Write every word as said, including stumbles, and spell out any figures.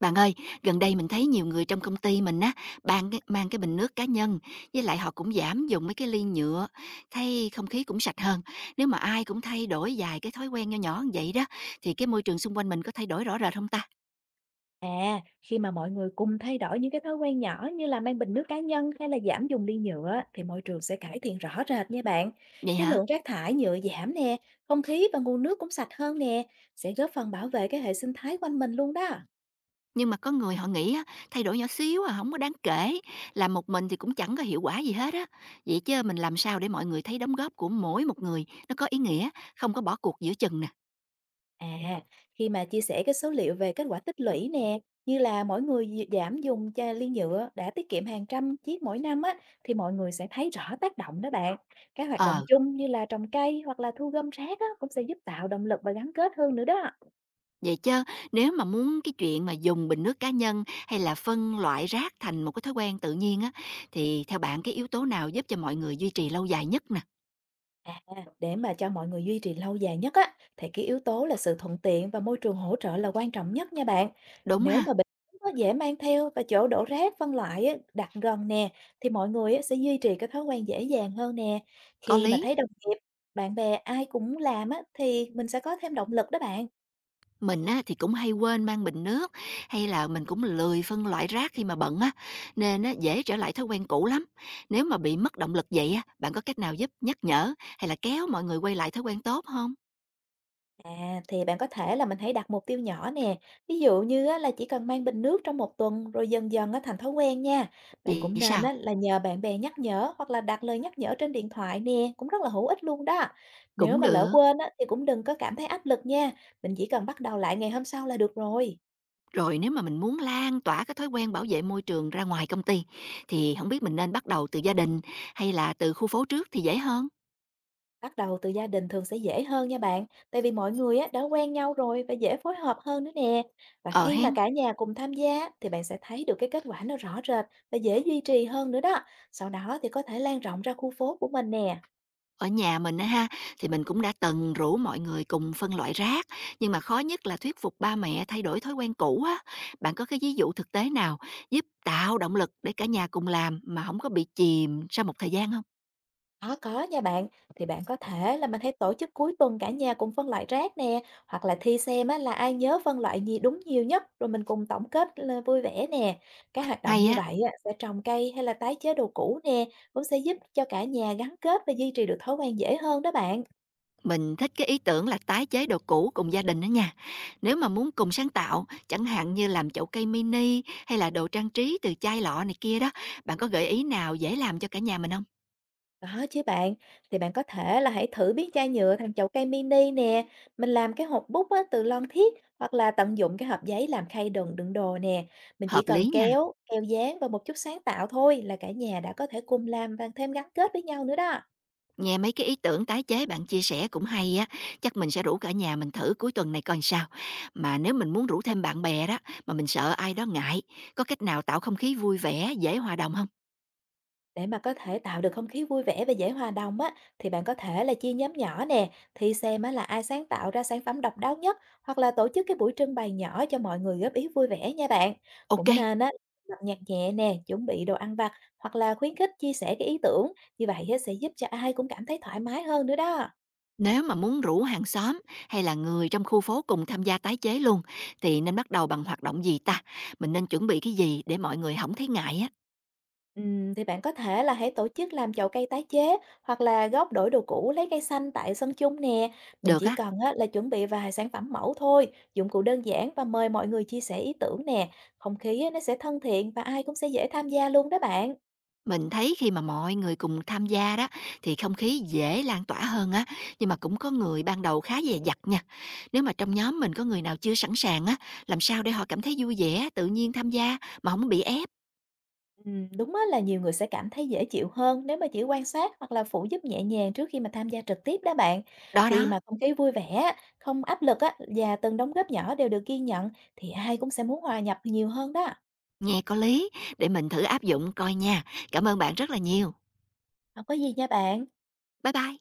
Bạn ơi, gần đây mình thấy nhiều người trong công ty mình á, ban cái mang cái bình nước cá nhân, với lại họ cũng giảm dùng mấy cái ly nhựa, thấy không khí cũng sạch hơn. Nếu mà ai cũng thay đổi vài cái thói quen nho nhỏ như vậy đó, thì cái môi trường xung quanh mình có thay đổi rõ rệt không ta? À, khi mà mọi người cùng thay đổi những cái thói quen nhỏ như là mang bình nước cá nhân hay là giảm dùng ly nhựa thì môi trường sẽ cải thiện rõ rệt nha bạn. Vậy Cái hả? lượng rác thải nhựa giảm nè, không khí và nguồn nước cũng sạch hơn nè, sẽ góp phần bảo vệ cái hệ sinh thái quanh mình luôn đó. Nhưng mà có người họ nghĩ á, thay đổi nhỏ xíu à, không có đáng kể, làm một mình thì cũng chẳng có hiệu quả gì hết á. Vậy chứ mình làm sao để mọi người thấy đóng góp của mỗi một người nó có ý nghĩa, không có bỏ cuộc giữa chừng nè. À, khi mà chia sẻ cái số liệu về kết quả tích lũy nè, như là mỗi người dị- giảm dùng chai ly nhựa đã tiết kiệm hàng trăm chiếc mỗi năm á, thì mọi người sẽ thấy rõ tác động đó bạn. Các hoạt động Ờ, chung như là trồng cây hoặc là thu gom rác á, cũng sẽ giúp tạo động lực và gắn kết hơn nữa đó. vậy chứ nếu mà muốn cái chuyện mà dùng bình nước cá nhân hay là phân loại rác thành một cái thói quen tự nhiên á, thì theo bạn cái yếu tố nào giúp cho mọi người duy trì lâu dài nhất nè? À, để mà cho mọi người duy trì lâu dài nhất á, thì cái yếu tố là sự thuận tiện và môi trường hỗ trợ là quan trọng nhất nha bạn. Đúng Nếu mà ha, bình có dễ mang theo và chỗ đổ rác phân loại á, đặt gần nè, thì mọi người á, sẽ duy trì cái thói quen dễ dàng hơn nè. có Khi mà lý. thấy đồng nghiệp, bạn bè ai cũng làm á, thì mình sẽ có thêm động lực đó bạn. Mình á, thì cũng hay quên mang bình nước hay là mình cũng lười phân loại rác khi mà bận á, nên á, dễ trở lại thói quen cũ lắm. Nếu mà bị mất động lực vậy á, bạn có cách nào giúp nhắc nhở hay là kéo mọi người quay lại thói quen tốt không? À, thì bạn có thể là mình hãy đặt mục tiêu nhỏ nè. Ví dụ như á, là chỉ cần mang bình nước trong một tuần rồi dần dần á, thành thói quen nha. Bạn Vậy cũng nên sao? á, là nhờ bạn bè nhắc nhở hoặc là đặt lời nhắc nhở trên điện thoại nè, cũng rất là hữu ích luôn đó. Nếu Cũng mà lỡ được. quên á, thì cũng đừng có cảm thấy áp lực nha. Mình chỉ cần bắt đầu lại ngày hôm sau là được rồi. Rồi nếu mà mình muốn lan tỏa cái thói quen bảo vệ môi trường ra ngoài công ty, thì không biết mình nên bắt đầu từ gia đình hay là từ khu phố trước thì dễ hơn? Bắt đầu từ gia đình thường sẽ dễ hơn nha bạn, tại vì mọi người á, đã quen nhau rồi và dễ phối hợp hơn nữa nè. Và Ờ khi mà hen, cả nhà cùng tham gia thì bạn sẽ thấy được cái kết quả nó rõ rệt và dễ duy trì hơn nữa đó. Sau đó thì có thể lan rộng ra khu phố của mình nè. ở nhà mình á ha, thì mình cũng đã từng rủ mọi người cùng phân loại rác, nhưng mà khó nhất là thuyết phục ba mẹ thay đổi thói quen cũ á. Bạn có cái ví dụ thực tế nào giúp tạo động lực để cả nhà cùng làm mà không có bị chìm sau một thời gian không? Có, có nha bạn. Thì bạn có thể là mình hãy tổ chức cuối tuần cả nhà cùng phân loại rác nè, hoặc là thi xem á, là ai nhớ phân loại gì đúng nhiều nhất, rồi mình cùng tổng kết là vui vẻ nè. Cái hoạt động Hay như á. vậy á, sẽ trồng cây hay là tái chế đồ cũ nè, cũng sẽ giúp cho cả nhà gắn kết và duy trì được thói quen dễ hơn đó bạn. Mình thích cái ý tưởng là tái chế đồ cũ cùng gia đình đó nha. Nếu mà muốn cùng sáng tạo, chẳng hạn như làm chậu cây mini hay là đồ trang trí từ chai lọ này kia đó, bạn có gợi ý nào dễ làm cho cả nhà mình không? Có chứ bạn, thì bạn có thể là hãy thử biến chai nhựa thành chậu cây mini nè, mình làm cái hộp bút á, từ lon thiết hoặc là tận dụng cái hộp giấy làm khay đựng đựng đồ nè. Mình chỉ Hợp cần lý nha. kéo, keo dán và một chút sáng tạo thôi là cả nhà đã có thể cùng làm và thêm gắn kết với nhau nữa đó. Nghe mấy cái ý tưởng tái chế bạn chia sẻ cũng hay á, chắc mình sẽ rủ cả nhà mình thử cuối tuần này coi sao. Mà nếu mình muốn rủ thêm bạn bè đó, mà mình sợ ai đó ngại, có cách nào tạo không khí vui vẻ, dễ hòa đồng không? Để mà có thể tạo được không khí vui vẻ và dễ hòa đồng á, thì bạn có thể là chia nhóm nhỏ nè, thì xem á, là ai sáng tạo ra sản phẩm độc đáo nhất hoặc là tổ chức cái buổi trưng bày nhỏ cho mọi người góp ý vui vẻ nha bạn. Ok. Cũng nên á, bật nhạc nhẹ nè, chuẩn bị đồ ăn vặt hoặc là khuyến khích chia sẻ cái ý tưởng, như vậy á, sẽ giúp cho ai cũng cảm thấy thoải mái hơn nữa đó. Nếu mà muốn rủ hàng xóm hay là người trong khu phố cùng tham gia tái chế luôn, thì nên bắt đầu bằng hoạt động gì ta? Mình nên chuẩn bị cái gì để mọi người không thấy ngại á? Ừm, thì bạn có thể là hãy tổ chức làm chậu cây tái chế hoặc là gốc đổi đồ cũ lấy cây xanh tại sân chung nè. Mình Được chỉ á, cần á, là chuẩn bị vài sản phẩm mẫu thôi, dụng cụ đơn giản và mời mọi người chia sẻ ý tưởng nè. Không khí á, nó sẽ thân thiện và ai cũng sẽ dễ tham gia luôn đó bạn. mình thấy khi mà mọi người cùng tham gia đó thì không khí dễ lan tỏa hơn á, nhưng mà cũng có người ban đầu khá dè dặt nha. Nếu mà trong nhóm mình có người nào chưa sẵn sàng á, làm sao để họ cảm thấy vui vẻ, tự nhiên tham gia mà không bị ép. Ừm, đúng á, là nhiều người sẽ cảm thấy dễ chịu hơn nếu mà chỉ quan sát hoặc là phụ giúp nhẹ nhàng trước khi mà tham gia trực tiếp đó bạn. Đó Khi đó, mà không khí vui vẻ, không áp lực á, và từng đóng góp nhỏ đều được ghi nhận thì ai cũng sẽ muốn hòa nhập nhiều hơn đó. nghe có lý, để mình thử áp dụng coi nha. Cảm ơn bạn rất là nhiều. Không có gì nha bạn. Bye bye.